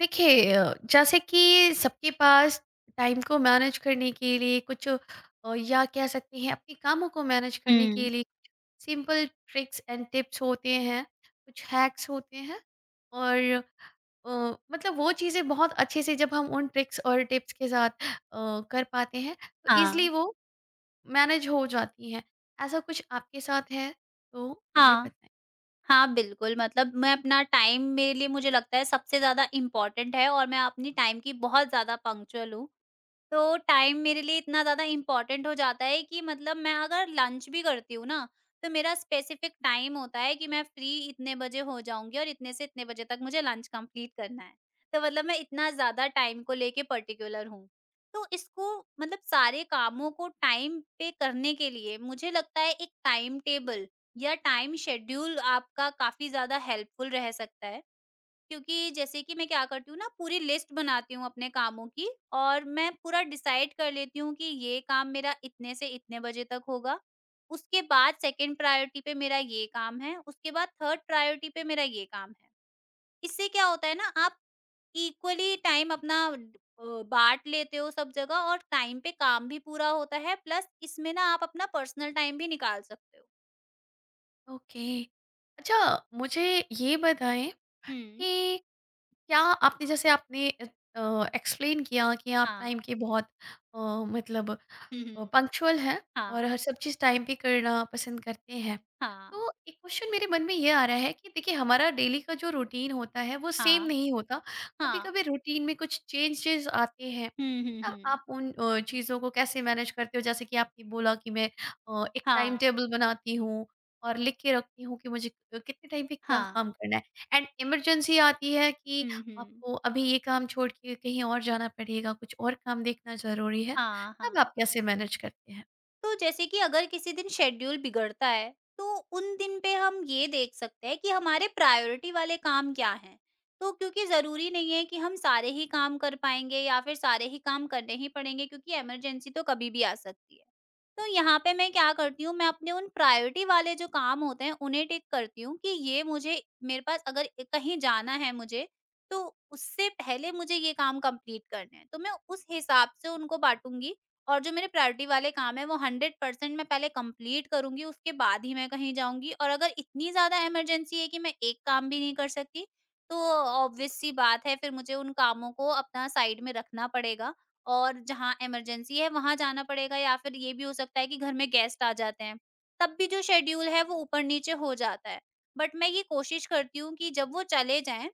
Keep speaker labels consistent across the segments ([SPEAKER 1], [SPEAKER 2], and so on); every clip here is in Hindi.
[SPEAKER 1] देखिए जैसे कि सबके पास टाइम को मैनेज करने के लिए कुछ, या कह सकते हैं अपने कामों को मैनेज करने
[SPEAKER 2] 嗯，
[SPEAKER 1] के लिए सिंपल ट्रिक्स एंड टिप्स होते हैं, कुछ हैक्स होते हैं और मतलब वो चीज़ें बहुत अच्छे से जब हम उन ट्रिक्स और टिप्स के साथ कर पाते हैं, तो इजली
[SPEAKER 2] 好，
[SPEAKER 1] वो मैनेज हो जाती हैं। ऐसा कुछ आपके साथ है तो मुझे
[SPEAKER 2] 好，
[SPEAKER 1] बताएं।
[SPEAKER 2] हाँ, बिल्कुल, मतलब मैं अपना टाइम, मेरे लिए मुझे लगता है सबसे ज़्यादा इम्पोर्टेंट है और मैं अपनी टाइम की बहुत ज़्यादा पंक्चुअल हूँ। तो टाइम मेरे लिए इतना ज़्यादा इम्पोर्टेंट हो जाता है कि मतलब मैं अगर लंच भी करती हूँ ना, तो मेरा स्पेसिफिक टाइम होता है कि मैं फ्री इतने बजे हो जाऊँगी और इतने से इतने बजे तक मुझे लंच कंप्लीट करना है। तो मतलब मैं इतना ज़्यादा टाइम को लेके पर्टिकुलर हूँ। तो इसको मतलब सारे कामों को टाइम पे करने के लिए मुझे लगता है एक टाइम टेबल या टाइम शेड्यूल आपका काफ़ी ज़्यादा हेल्पफुल रह सकता है। क्योंकि जैसे कि मैं क्या करती हूँ ना, पूरी लिस्ट बनाती हूँ अपने कामों की और मैं पूरा डिसाइड कर लेती हूँ कि ये काम मेरा इतने से इतने बजे तक होगा। उसके बाद सेकंड प्रायोरिटी पे मेरा ये काम है, उसके बाद थर्ड प्रायोरिटी पे मेरा ये काम है। इससे क्या होता है ना, आप इक्वली टाइम अपना अ, बाँट लेते हो सब जगह और टाइम पे काम भी पूरा होता है, प्लस इसमें ना आप अपना पर्सनल टाइम भी निकाल सकते हो।
[SPEAKER 1] ओके। अच्छा, मुझे ये बताएं
[SPEAKER 2] हुँ।
[SPEAKER 1] कि क्या आपने, जैसे आपने एक्सप्लेन किया कि आप
[SPEAKER 2] हाँ।
[SPEAKER 1] टाइम के बहुत अ, मतलब
[SPEAKER 2] हुँ, हुँ।
[SPEAKER 1] पंक्चुअल हैं
[SPEAKER 2] हाँ,
[SPEAKER 1] और हर सब चीज़ टाइम पे करना पसंद करते हैं,
[SPEAKER 2] हाँ,
[SPEAKER 1] तो एक क्वेश्चन मेरे मन में ये आ रहा है कि देखिए, हमारा डेली का जो रूटीन होता है वो सेम
[SPEAKER 2] हाँ,
[SPEAKER 1] नहीं होता। कभी
[SPEAKER 2] हाँ।
[SPEAKER 1] कभी रूटीन में कुछ चेंजेस आते हैं,
[SPEAKER 2] हुँ, हुँ,
[SPEAKER 1] तब
[SPEAKER 2] हुँ।
[SPEAKER 1] आप उन चीज़ों को कैसे मैनेज करते हो? जैसे कि आपने बोला कि मैं एक टाइम
[SPEAKER 2] हाँ,
[SPEAKER 1] टेबल बनाती हूँ और लिख के रखती हूँ कि मुझे कितने टाइम पे क्या
[SPEAKER 2] हाँ।
[SPEAKER 1] काम करना है। एंड इमरजेंसी आती है कि
[SPEAKER 2] हुँ, हुँ।
[SPEAKER 1] आपको अभी ये काम छोड़ के कहीं और जाना पड़ेगा, कुछ और काम देखना ज़रूरी है,
[SPEAKER 2] हाँ,
[SPEAKER 1] तब
[SPEAKER 2] हाँ।
[SPEAKER 1] आप कैसे मैनेज करते हैं?
[SPEAKER 2] तो जैसे कि अगर किसी दिन शेड्यूल बिगड़ता है, तो उन दिन पे हम ये देख सकते हैं कि हमारे प्रायोरिटी वाले काम क्या हैं। तो क्योंकि ज़रूरी नहीं है कि हम सारे ही काम कर पाएँगे या फिर सारे ही काम करने ही पड़ेंगे, क्योंकि इमरजेंसी तो कभी भी आ सकती है। तो यहाँ पे मैं क्या करती हूँ, मैं अपने उन प्रायोरिटी वाले जो काम होते हैं, उन्हें टिक करती हूँ कि ये मुझे, मेरे पास अगर कहीं जाना है मुझे, तो उससे पहले मुझे ये काम कंप्लीट करने हैं। तो मैं उस हिसाब से उनको बाँटूँगी और जो मेरे प्रायोरिटी वाले काम हैं, वो 100% मैं पहले कंप्लीट करूँगी, उसके बाद ही मैं कहीं जाऊँगी। और अगर इतनी ज़्यादा इमरजेंसी है कि मैं एक काम भी नहीं कर सकती, तो ऑब्वियस सी बात है, फिर मुझे उन कामों को अपना साइड में रखना पड़ेगा और जहाँ इमरजेंसी है वहाँ जाना पड़ेगा। या फिर ये भी हो सकता है कि घर में गेस्ट आ जाते हैं। तब भी जो शेड्यूल है वो ऊपर-नीचे हो जाता है। बट मैं ये कोशिश करती हूँ कि जब वो चले जाएँ,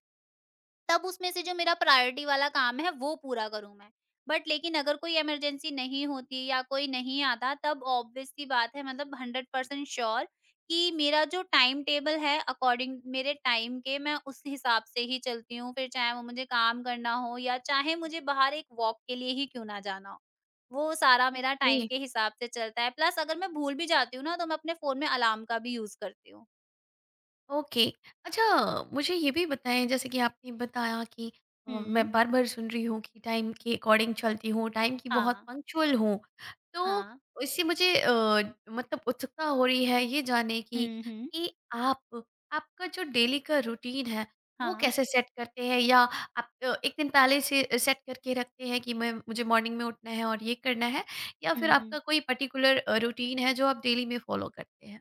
[SPEAKER 2] तब उसमें से जो मेरा प्रायोरिटी वाला काम है वो पूरा करूँ मैं। बट लेकिन अगर कोई इमरजेंसी नहीं होती या कोई नहीं आता, तब ऑब्वियस सी बात है, मतलब 100% श्योर कि मेरा जो टाइम टेबल है, अकॉर्डिंग मेरे टाइम के मैं उस हिसाब से ही चलती हूँ। फिर चाहे वो मुझे काम करना हो या चाहे मुझे बाहर एक वॉक के लिए ही क्यों ना जाना हो। वो सारा मेरा
[SPEAKER 1] ओके।
[SPEAKER 2] टाइम के हिसाब से चलता है। प्लस अगर मैं भूल भी जाती हूँ ना, तो मैं अपने फ़ोन में अलार्म का भी यूज़ करती हूँ।
[SPEAKER 1] ओके। अच्छा, मुझे ये भी बताएं, जैसे कि आपने बताया कि
[SPEAKER 2] हुँ।
[SPEAKER 1] मैं बार बार सुन रही हूँ कि टाइम के अकॉर्डिंग चलती हूँ, टाइम की बहुत
[SPEAKER 2] हाँ,
[SPEAKER 1] पंक्चुअल हूँ, तो
[SPEAKER 2] हाँ।
[SPEAKER 1] इससे मुझे मतलब उत्सुकता हो रही है ये जानने की
[SPEAKER 2] हुँ, हुँ।
[SPEAKER 1] कि आप आपका जो डेली का रूटीन है वो
[SPEAKER 2] हाँ।
[SPEAKER 1] कैसे सेट करते हैं, या आप एक दिन पहले से सेट करके रखते हैं कि मैं, मुझे मॉर्निंग में उठना है और ये करना है, या फिर
[SPEAKER 2] हुँ,
[SPEAKER 1] आपका
[SPEAKER 2] हुँ।
[SPEAKER 1] कोई पर्टिकुलर रूटीन है जो आप डेली में फॉलो करते हैं?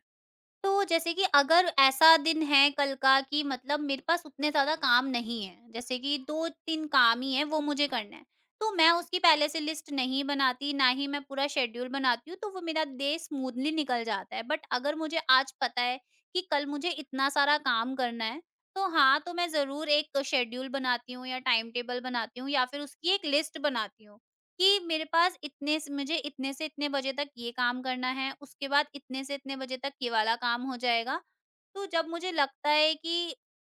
[SPEAKER 2] तो जैसे कि अगर ऐसा दिन है कल का कि मतलब मेरे पास उतने ज़्यादा काम नहीं है, जैसे कि 2-3 काम ही हैं वो मुझे करना है, तो मैं उसकी पहले से लिस्ट नहीं बनाती, ना ही मैं पूरा शेड्यूल बनाती हूँ, तो वो मेरा डे स्मूथली निकल जाता है। बट अगर मुझे आज पता है कि कल मुझे इतना सारा काम करना है, तो हाँ, तो मैं ज़रूर एक शेड्यूल बनाती हूँ या टाइम टेबल बनाती हूँ या फिर उसकी एक लिस्ट बनाती हूँ कि मेरे पास इतने से, मुझे इतने से इतने बजे तक ये काम करना है, उसके बाद इतने से इतने बजे तक ये वाला काम हो जाएगा। तो जब मुझे लगता है कि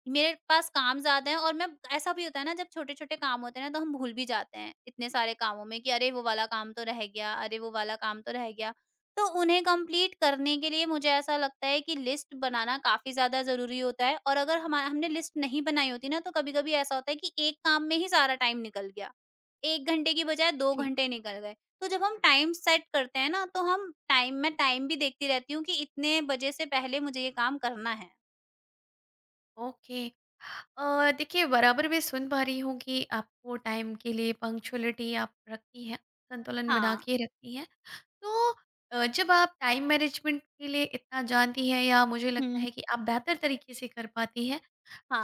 [SPEAKER 2] मेरे पास काम ज़्यादा है और मैं, ऐसा भी होता है ना जब छोटे-छोटे काम होते हैं ना, तो हम भूल भी जाते हैं इतने सारे कामों में कि अरे! वो वाला काम तो रह गया, अरे! वो वाला काम तो रह गया। तो उन्हें कंप्लीट करने के लिए मुझे ऐसा लगता है कि लिस्ट बनाना काफ़ी ज़्यादा ज़रूरी होता है और अगर हमा हमने लिस्ट नहीं बनाई होती ना, तो कभी-कभी ऐसा होता है कि एक काम में ही सारा टाइम निकल गया। 1 घंटे की बजाय 2
[SPEAKER 1] जी।
[SPEAKER 2] घंटे निकल गए। तो जब हम टाइम सेट करते हैं ना, तो हम टाइम, मैं टाइम भी देखती रहती हूँ कि इतने बजे से पहले मुझे ये काम करना है।
[SPEAKER 1] ओके। देखिए, बराबर मैं सुन पा रही हूँ कि आपको टाइम के लिए पंक्चुअलिटी आप रखती हैं, संतुलन बना
[SPEAKER 2] हाँ।
[SPEAKER 1] के रखती हैं। तो जब आप टाइम मैनेजमेंट के लिए इतना जानती हैं या मुझे लगता
[SPEAKER 2] हुँ।
[SPEAKER 1] है कि आप बेहतर तरीके से कर पाती हैं,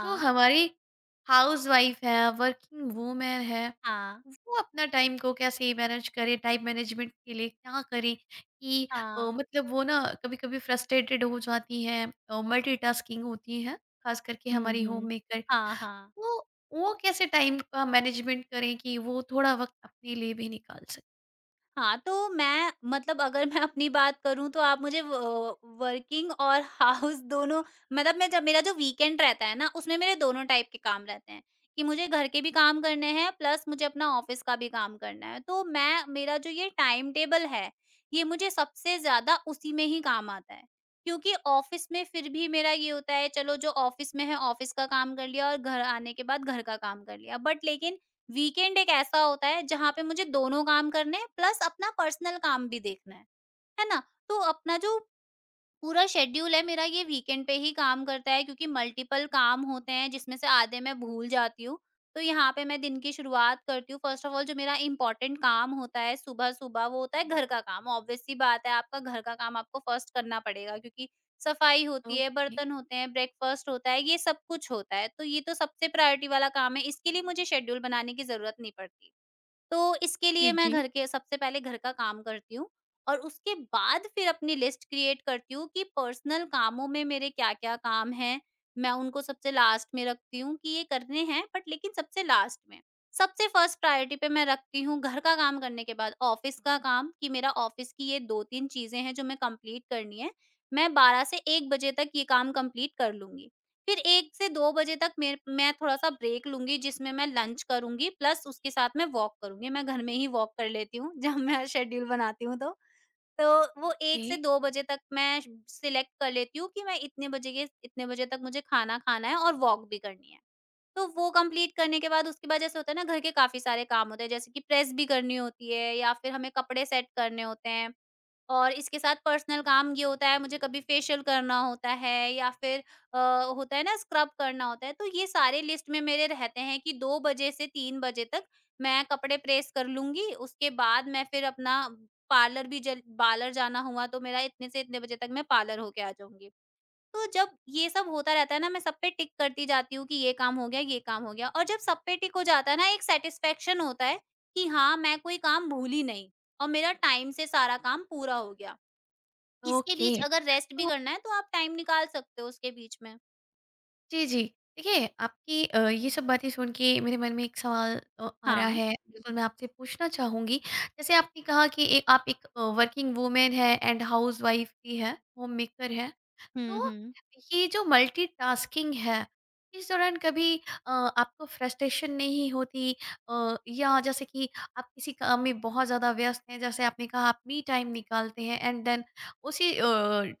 [SPEAKER 1] जो हमारी हाउसवाइफ है, वर्किंग वूमेन है,
[SPEAKER 2] हाँ,
[SPEAKER 1] वो अपना टाइम को कैसे मैनेज करे, टाइम मैनेजमेंट के लिए क्या करे कि
[SPEAKER 2] हाँ।
[SPEAKER 1] मतलब वो ना कभी-कभी फ्रस्ट्रेटेड हो जाती हैं, मल्टीटास्किंग होती हैं, खास करके
[SPEAKER 2] हुँ,
[SPEAKER 1] हमारी
[SPEAKER 2] हुँ।
[SPEAKER 1] होममेकर।
[SPEAKER 2] हाँ, हाँ।
[SPEAKER 1] तो वो कैसे टाइम का मैनेजमेंट करें कि वो थोड़ा वक़्त अपने लिए भी निकाल सकें?
[SPEAKER 2] हाँ, तो मैं मतलब अगर मैं अपनी बात करूँ, तो आप मुझे व वर्किंग और हाउस दोनों मतलब, मैं जब, मेरा जो वीकेंड रहता है ना, उसमें मेरे दोनों टाइप के काम रहते हैं, कि मुझे घर के भी काम करने हैं प्लस मुझे अपना ऑफ़िस का भी काम करना है। तो मैं, मेरा जो ये टाइम टेबल है, ये मुझे सबसे ज़्यादा उसी में ही काम आता है। क्योंकि ऑफ़िस में फिर भी मेरा ये होता है, चलो जो ऑफ़िस में है, ऑफ़िस का काम कर लिया और घर आने के बाद घर का काम कर लिया। बट लेकिन वीकेंड एक ऐसा होता है जहाँ पे मुझे दोनों काम करने हैं, प्लस अपना पर्सनल काम भी देखना है ना? तो अपना जो पूरा शेड्यूल है मेरा, ये वीकेंड पे ही काम करता है, क्योंकि मल्टीपल काम होते हैं जिसमें से आधे मैं भूल जाती हूँ। तो यहाँ पे मैं दिन की शुरुआत करती हूँ, फर्स्ट ऑफ ऑल जो मेरा इम्पोर्टेंट काम होता है सुबह-सुबह, वो होता है घर का काम। ऑब्वियस सी बात है, आपका घर का काम आपको फर्स्ट करना पड़ेगा, क्योंकि सफाई होती है,
[SPEAKER 1] ओके।
[SPEAKER 2] बर्तन होते हैं, ब्रेकफास्ट होता है, ये सब कुछ होता है। तो ये तो सबसे प्रायोरिटी वाला काम है, इसके लिए मुझे शेड्यूल बनाने की ज़रूरत नहीं पड़ती। तो इसके
[SPEAKER 1] जी,
[SPEAKER 2] लिए मैं
[SPEAKER 1] जी।
[SPEAKER 2] घर के, सबसे पहले घर का काम करती हूँ और उसके बाद फिर अपनी लिस्ट क्रिएट करती हूँ कि पर्सनल कामों में मेरे क्या-क्या काम हैं। मैं उनको सबसे लास्ट में रखती हूँ कि ये करने हैं, बट लेकिन सबसे लास्ट में। सबसे फर्स्ट प्रायोरिटी पे मैं रखती हूँ घर का काम करने के बाद ऑफ़िस का काम कि मेरा ऑफ़िस की ये 2-3 चीज़ें हैं जो मैं कंप्लीट करनी है। मैं 12 से 1 बजे तक ये काम कंप्लीट कर लूँगी। फिर 1 से 2 बजे तक मेर मैं थोड़ा-सा ब्रेक लूँगी जिसमें मैं लंच करूँगी, प्लस उसके साथ मैं वॉक करूँगी। मैं घर में ही वॉक कर लेती हूँ जब मैं शेड्यूल बनाती हूँ तो। तो वो
[SPEAKER 1] ओके,
[SPEAKER 2] 1 से 2 बजे तक मैं श सिलेक्ट कर लेती हूँ कि मैं इतने बजे के इतने बजे तक, मुझे खाना खाना है और वॉक भी करनी है। तो वो कंप्लीट करने के बाद, उसके बाद जैसे होता है ना, घर के काफ़ी सारे काम होते हैं जैसे कि प्रेस भी करनी होती है या फिर हमें कपड़े सेट करने होते हैं। और इसके साथ पर्सनल काम ये होता है, मुझे कभी फेशियल करना होता है या फिर अ, होता है ना स्क्रब करना होता है। तो ये सारे लिस्ट में मेरे रहते हैं कि 2 बजे से 3 बजे तक मैं कपड़े प्रेस कर लूँगी। उसके बाद मैं फिर अपना पार्लर भी, जल पार्लर जाना हुआ तो मेरा इतने से इतने बजे तक मैं पार्लर होके आ जाऊँगी। तो जब ये सब होता रहता है ना, मैं सब पे टिक करती जाती हूँ कि ये काम हो गया, ये काम हो गया और जब सब पे टिक हो जाता है ना, एक सैटिस्फैक्शन होता है कि हाँ, मैं कोई काम भूली नहीं और मेरा टाइम से सारा काम पूरा हो गया। इसके
[SPEAKER 1] ओके।
[SPEAKER 2] बीच अगर रेस्ट भी
[SPEAKER 1] तो
[SPEAKER 2] करना है तो आप टाइम निकाल सकते हो उसके बीच में।
[SPEAKER 1] जी, जी। देखिए, आपकी ये सब बातें सुन के मेरे मन में एक सवाल आ रहा
[SPEAKER 2] हाँ।
[SPEAKER 1] है, बिल्कुल मैं आपसे पूछना चाहूँगी। जैसे आपने कहा कि ए आप एक वर्किंग वूमेन हैं एंड हाउसवाइफ़ भी हैं, होममेकर हैं।
[SPEAKER 2] हुँ,
[SPEAKER 1] तो
[SPEAKER 2] हुँ।
[SPEAKER 1] ये जो मल्टीटास्किंग है, इस दौरान कभी आपको फ्रस्ट्रेशन नहीं होती, या जैसे कि आप किसी काम में बहुत ज़्यादा व्यस्त हैं, जैसे आपने कहा आप मी टाइम निकालते हैं एंड देन उसी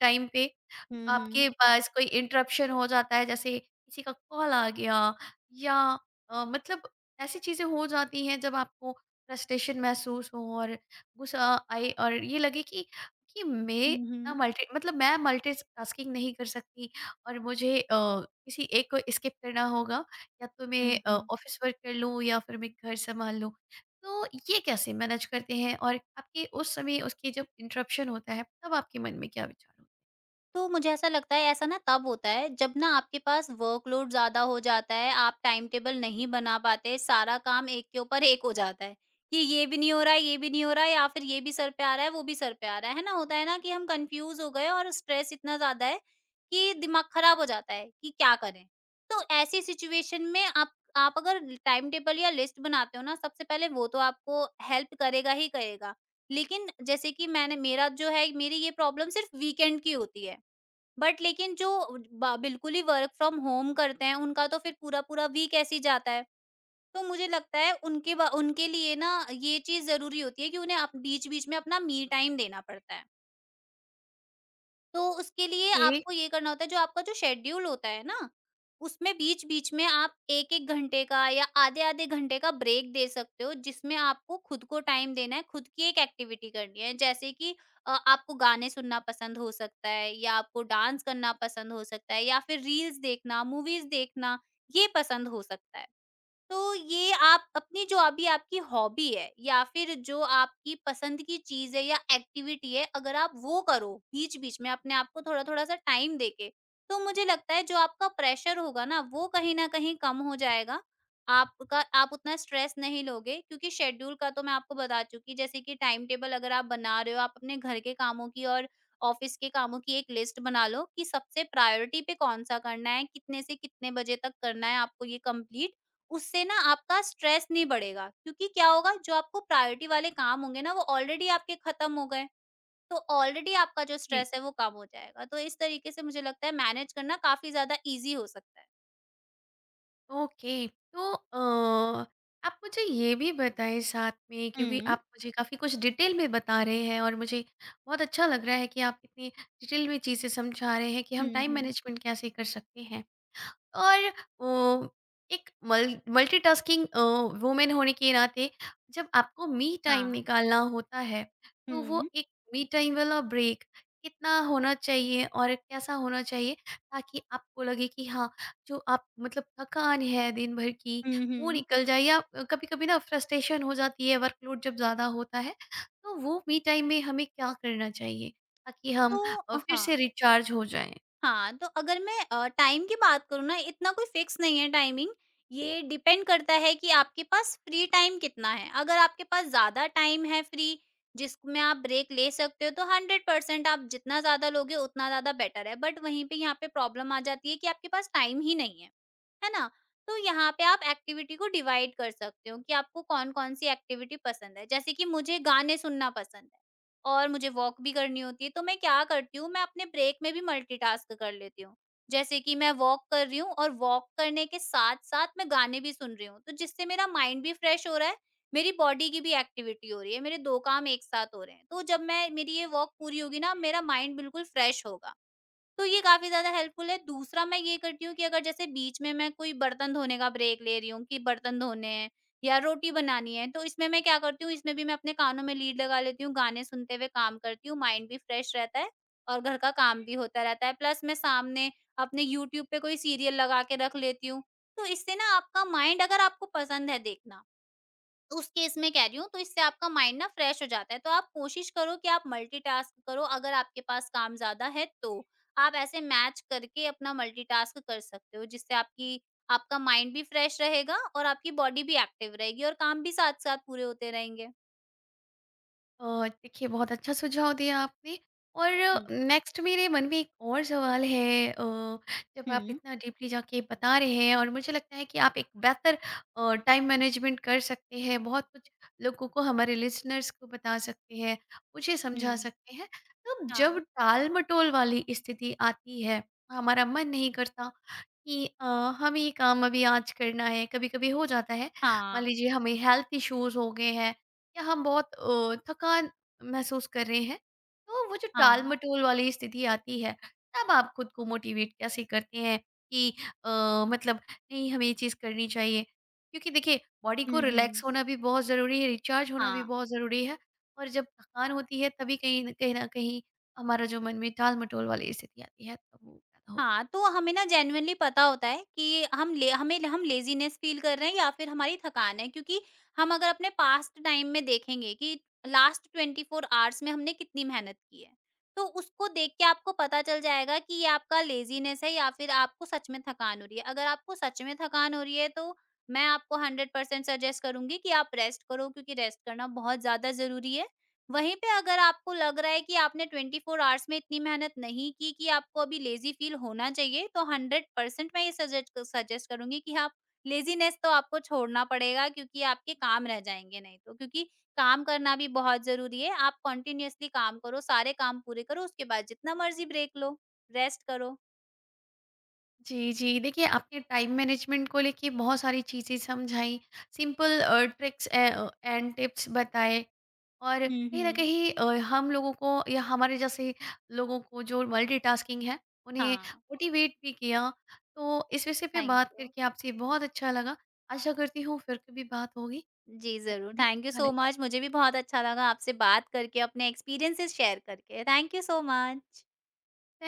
[SPEAKER 1] टाइम पे
[SPEAKER 2] हुँ, हुँ।
[SPEAKER 1] आपके पास कोई इंटरप्शन हो जाता है, जैसे किसी का कॉल आ गया, या मतलब ऐसी चीज़ें हो जाती हैं जब आपको फ्रस्ट्रेशन महसूस हो और गुस्सा आए और ये लगे कि मैं
[SPEAKER 2] हुँ,
[SPEAKER 1] ना
[SPEAKER 2] हुँ।
[SPEAKER 1] मल्टी मतलब मैं मल्टीटास्किंग नहीं कर सकती और मुझे किसी एक को स्किप करना होगा, या तो
[SPEAKER 2] हुँ,
[SPEAKER 1] मैं
[SPEAKER 2] हुँ।
[SPEAKER 1] ऑफिस वर्क कर लूँ या फिर मैं घर संभाल लूँ। तो ये कैसे मैनेज करते हैं और आपके उस समय, उसके जब इंटरप्शन होता है, तब आपके मन में क्या विचार होते हैं?
[SPEAKER 2] तो मुझे ऐसा लगता है, ऐसा ना तब होता है जब ना आपके पास वर्कलोड ज्यादा हो जाता है, आप टाइम टेबल नहीं बना पाते, सारा काम एक के ऊपर एक हो जाता है कि ये भी नहीं हो रहा है, ये भी नहीं हो रहा है या फिर ये भी सर पे आ रहा है, वो भी सर पे आ रहा है ना? होता है ना कि हम कंफ्यूज हो गए और स्ट्रेस इतना ज्यादा है कि दिमाग खराब हो जाता है कि क्या करें। तो ऐसी सिचुएशन में आप अगर टाइम टेबल या लिस्ट बनाते हो ना सबसे पहले, वो तो आपको हेल्प करेगा ही करेगा। लेकिन जैसे कि मैंने, मेरा जो है, मेरी ये प्रॉब्लम सिर्फ वीकेंड की होती है। बट लेकिन जो बिल्कुल ही वर्क फ्रॉम होम करते हैं, उनका तो फिर पूरा पूरा वीक ऐसे ही जाता है। तो मुझे लगता है उनके उनके लिए ना ये चीज जरूरी होती है कि उन्हें बीच बीच में अपना मी टाइम देना पड़ता है। तो उसके लिए
[SPEAKER 1] ओके।
[SPEAKER 2] आपको ये करना होता है, जो आपका जो शेड्यूल होता है ना, उसमें बीच-बीच में आप 1-1 घंटे का या आधे-आधे घंटे का ब्रेक दे सकते हो, जिसमें आपको खुद को टाइम देना है, खुद की एक एक्टिविटी करनी है। जैसे कि आपको गाने सुनना पसंद हो सकता है या आपको डांस करना पसंद हो सकता है या फिर रील्स देखना, मूवीज़ देखना, ये पसंद हो सकता है। तो ये आप अपनी जो अभी आपकी हॉबी है या फिर जो आपकी पसंद की चीज़ है या एक्टिविटी है, अगर आप वो करो बीच-बीच में अपने आप को थोड़ा-थोड़ा सा टाइम देके, तो मुझे लगता है जो आपका प्रेशर होगा ना वो कहीं न कहीं कम हो जाएगा। आपका आप उतना स्ट्रेस नहीं लोगे क्योंकि शेड्यूल का तो मैं आपको बता चुकी जैसे कि टाइम टेबल अगर आप बना रहे हो, आप अपने घर के कामों की और ऑफिस के कामों की एक लिस्ट बना लो कि सबसे प्रायोरिटी पे कौन-सा करना है, कितने से कितने बजे तक करना है आपको ये कंप्लीट। उससे ना आपका स्ट्रेस नहीं बढ़ेगा क्योंकि क्या होगा जो आपको प्रायोरिटी वाले काम होंगे ना वो ऑलरेडी आपके खत्म हो गए। तो ऑलरेडी आपका जो
[SPEAKER 1] जी।
[SPEAKER 2] स्ट्रेस है वो कम हो जाएगा। तो इस तरीके से मुझे लगता है मैनेज करना काफी ज्यादा इजी हो सकता है।
[SPEAKER 1] ओके तो आप मुझे ये भी बताएं साथ में, क्योंकि
[SPEAKER 2] हम्म,
[SPEAKER 1] आप मुझे काफ़ी कुछ डिटेल में बता रहे हैं और मुझे बहुत अच्छा लग रहा है कि आप इतनी डिटेल में चीज़ें समझा रहे हैं कि हम
[SPEAKER 2] हम्म,
[SPEAKER 1] टाइम
[SPEAKER 2] हम्म,
[SPEAKER 1] मैनेजमेंट कैसे कर सकते हैं, और अ, एक मल मल्टीटास्किंग अ, वुमेन होने के नाते जब आपको मी टाइम
[SPEAKER 2] हाँ,
[SPEAKER 1] निकालना होता है, तो वो
[SPEAKER 2] हम्म,
[SPEAKER 1] एक मी टाइम वाला ब्रेक कितना होना चाहिए और कैसा होना चाहिए, ताकि आपको लगे कि हाँ, जो आप मतलब थकान है दिन भर की,
[SPEAKER 2] हम्म,
[SPEAKER 1] वो निकल जाए, या कभी-कभी ना फ्रस्ट्रेशन हो जाती है वर्कलोड जब ज़्यादा होता है, तो वो मी टाइम में हमें क्या करना चाहिए ताकि हम
[SPEAKER 2] तो
[SPEAKER 1] फिर
[SPEAKER 2] हाँ,
[SPEAKER 1] से रिचार्ज हो जाएँ?
[SPEAKER 2] हाँ, तो अगर मैं टाइम की बात करूँ ना इतना कोई फिक्स नहीं है टाइमिंग। ये डिपेंड करता है कि आपके पास फ्री टाइम कितना है। अगर आपके पास ज़्यादा टाइम है फ्री जिसमें आप ब्रेक ले सकते हो तो 100% आप जितना ज़्यादा लोगे उतना ज़्यादा बेटर है। बट वहीं पे यहाँ पे प्रॉब्लम आ जाती है कि आपके पास टाइम ही नहीं है। है ना? तो यहाँ पे आप एक्टिविटी को डिवाइड कर सकते हो कि आपको कौन-कौन सी एक्टिविटी पसंद है। जैसे कि मुझे गाने सुनना पसंद है और मुझे वॉक भी करनी होती है, तो मैं क्या करती हूँ, मैं अपने ब्रेक में भी मल्टीटास्क कर लेती हूँ। जैसे कि मैं वॉक कर रही हूँ और वॉक करने के साथ-साथ मैं गाने भी सुन रही हूँ, तो जिससे मेरा माइंड भी फ्रेश हो रहा है, मेरी बॉडी की भी एक्टिविटी हो रही है, मेरे 2 काम एक साथ हो रहे हैं। तो जब मैं मेरी ये वॉक पूरी होगी ना, मेरा माइंड बिल्कुल फ्रेश होगा। तो ये काफ़ी ज़्यादा हेल्पफुल है। दूसरा मैं ये करती हूँ कि अगर जैसे बीच में मैं कोई बर्तन धोने का ब्रेक ले रही हूँ कि बर्तन धोने हैं या रोटी बनानी है, तो इसमें मैं क्या करती हूँ, इसमें भी मैं अपने कानों में लीड लगा लेती हूँ, गाने सुनते हुए काम करती हूँ, माइंड भी फ्रेश रहता है और घर का काम भी होता रहता है। प्लस मैं सामने अपने यूट्यूब पे कोई सीरियल लगा के रख लेती हूँ। तो इससे ना आपका माइंड अगर आपको पसंद है देखना, उस केस में कह रही हूँ तो इससे आपका माइंड ना फ्रेश हो जाता है। तो आप कोशिश करो कि आप मल्टीटास्क करो अगर आपके पास काम ज़्यादा है तो। आप ऐसे मैच करके अपना मल्टीटास्क कर सकते हो जिससे आपकी आपका माइंड भी फ्रेश रहेगा और आपकी बॉडी भी एक्टिव रहेगी और काम भी साथ-साथ पूरे होते रहेंगे।
[SPEAKER 1] देखिए, बहुत अच्छा सुझाव दिया आपने, और
[SPEAKER 2] हुँ,
[SPEAKER 1] नेक्स्ट मेरे मन में एक और सवाल है। जब आप
[SPEAKER 2] हुँ,
[SPEAKER 1] इतना डीपली जाके बता रहे हैं और मुझे लगता है कि आप एक बेहतर टाइम मैनेजमेंट कर सकते हैं, बहुत कुछ लोगों को, हमारे लिसनर्स को बता सकते हैं, मुझे
[SPEAKER 2] हुँ।
[SPEAKER 1] समझा सकते हैं, तो जब
[SPEAKER 2] हाँ।
[SPEAKER 1] टाल मटोल वाली स्थिति आती है, हमारा मन नहीं करता कि हमें ये काम अभी आज करना है, कभी कभी हो जाता है मान
[SPEAKER 2] हाँ,
[SPEAKER 1] लीजिए हमें हेल्थ इश्यूज हो गए हैं या हम बहुत थकान महसूस कर रहे हैं, तो वो जो
[SPEAKER 2] हाँ।
[SPEAKER 1] टाल-मटोल वाली स्थिति आती है, तब आप खुद को मोटिवेट कैसे करते हैं कि अ, मतलब नहीं, हमें ये चीज़ करनी चाहिए? क्योंकि देखिए, बॉडी को
[SPEAKER 2] हुँ,
[SPEAKER 1] रिलैक्स
[SPEAKER 2] हुँ।
[SPEAKER 1] होना भी बहुत ज़रूरी है, रिचार्ज होना भी
[SPEAKER 2] हाँ।
[SPEAKER 1] बहुत ज़रूरी है, और जब थकान होती है तभी कहीं न कहीं हमारा जो मन में टाल-मटोल वाली स्थिति आती है, तब वो पैदा होती
[SPEAKER 2] हाँ,
[SPEAKER 1] है।
[SPEAKER 2] तो हमें ना जेन्युइनली पता होता है कि हम ले हमें हम लेज़ीनेस फ़ील कर रहे हैं या फिर हमारी थकान है, क्योंकि हम अगर अपने पास्ट टाइम में देखेंगे कि लास्ट 24 आवर्स में हमने कितनी मेहनत की है, तो उसको देख के आपको पता चल जाएगा कि ये आपका लेज़ीनेस है या फिर आपको सच में थकान हो रही है। अगर आपको सच में थकान हो रही है तो मैं आपको 100% सजेस्ट करूँगी कि आप रेस्ट करो, क्योंकि रेस्ट करना बहुत ज़्यादा ज़रूरी है। वहीं पे अगर आपको लग रहा है कि आपने 24 आवर्स में इतनी मेहनत नहीं की कि आपको अभी लेजी फील होना चाहिए, तो 100% मैं ये सजेस्ट सजेस्ट करूंगी कि आप लेजीनेस तो आपको छोड़ना पड़ेगा, क्योंकि आपके काम रह जाएंगे नहीं तो। क्योंकि काम करना भी बहुत जरूरी है। आप कंटिन्यूअसली काम करो, सारे काम पूरे करो, उसके बाद जितना मर्जी ब्रेक लो, रेस्ट करो।
[SPEAKER 1] जी, जी। देखिए, आपने टाइम मैनेजमेंट को लेके बहुत सारी चीज़ें समझाई, सिंपल ट्रिक्स एंड टिप्स बताए, और
[SPEAKER 2] हम्म,
[SPEAKER 1] कहीं न
[SPEAKER 2] हम्म,
[SPEAKER 1] कहीं हम लोगों को या हमारे जैसे लोगों को, जो मल्टीटास्किंग है, उन्हें
[SPEAKER 2] हाँ,
[SPEAKER 1] मोटिवेट भी किया। तो इस विषय पे
[SPEAKER 2] थैंक
[SPEAKER 1] बात
[SPEAKER 2] यू।
[SPEAKER 1] करके आपसे बहुत अच्छा लगा। आशा करती हूँ फिर कभी बात होगी।
[SPEAKER 2] जी
[SPEAKER 1] तब
[SPEAKER 2] जरूर,
[SPEAKER 1] के लिए
[SPEAKER 2] थैंक यू सो
[SPEAKER 1] धन्यवाद।
[SPEAKER 2] मच, मुझे भी बहुत अच्छा लगा आपसे बात करके, अपने एक्सपीरियंसेस शेयर करके। Thank you so much.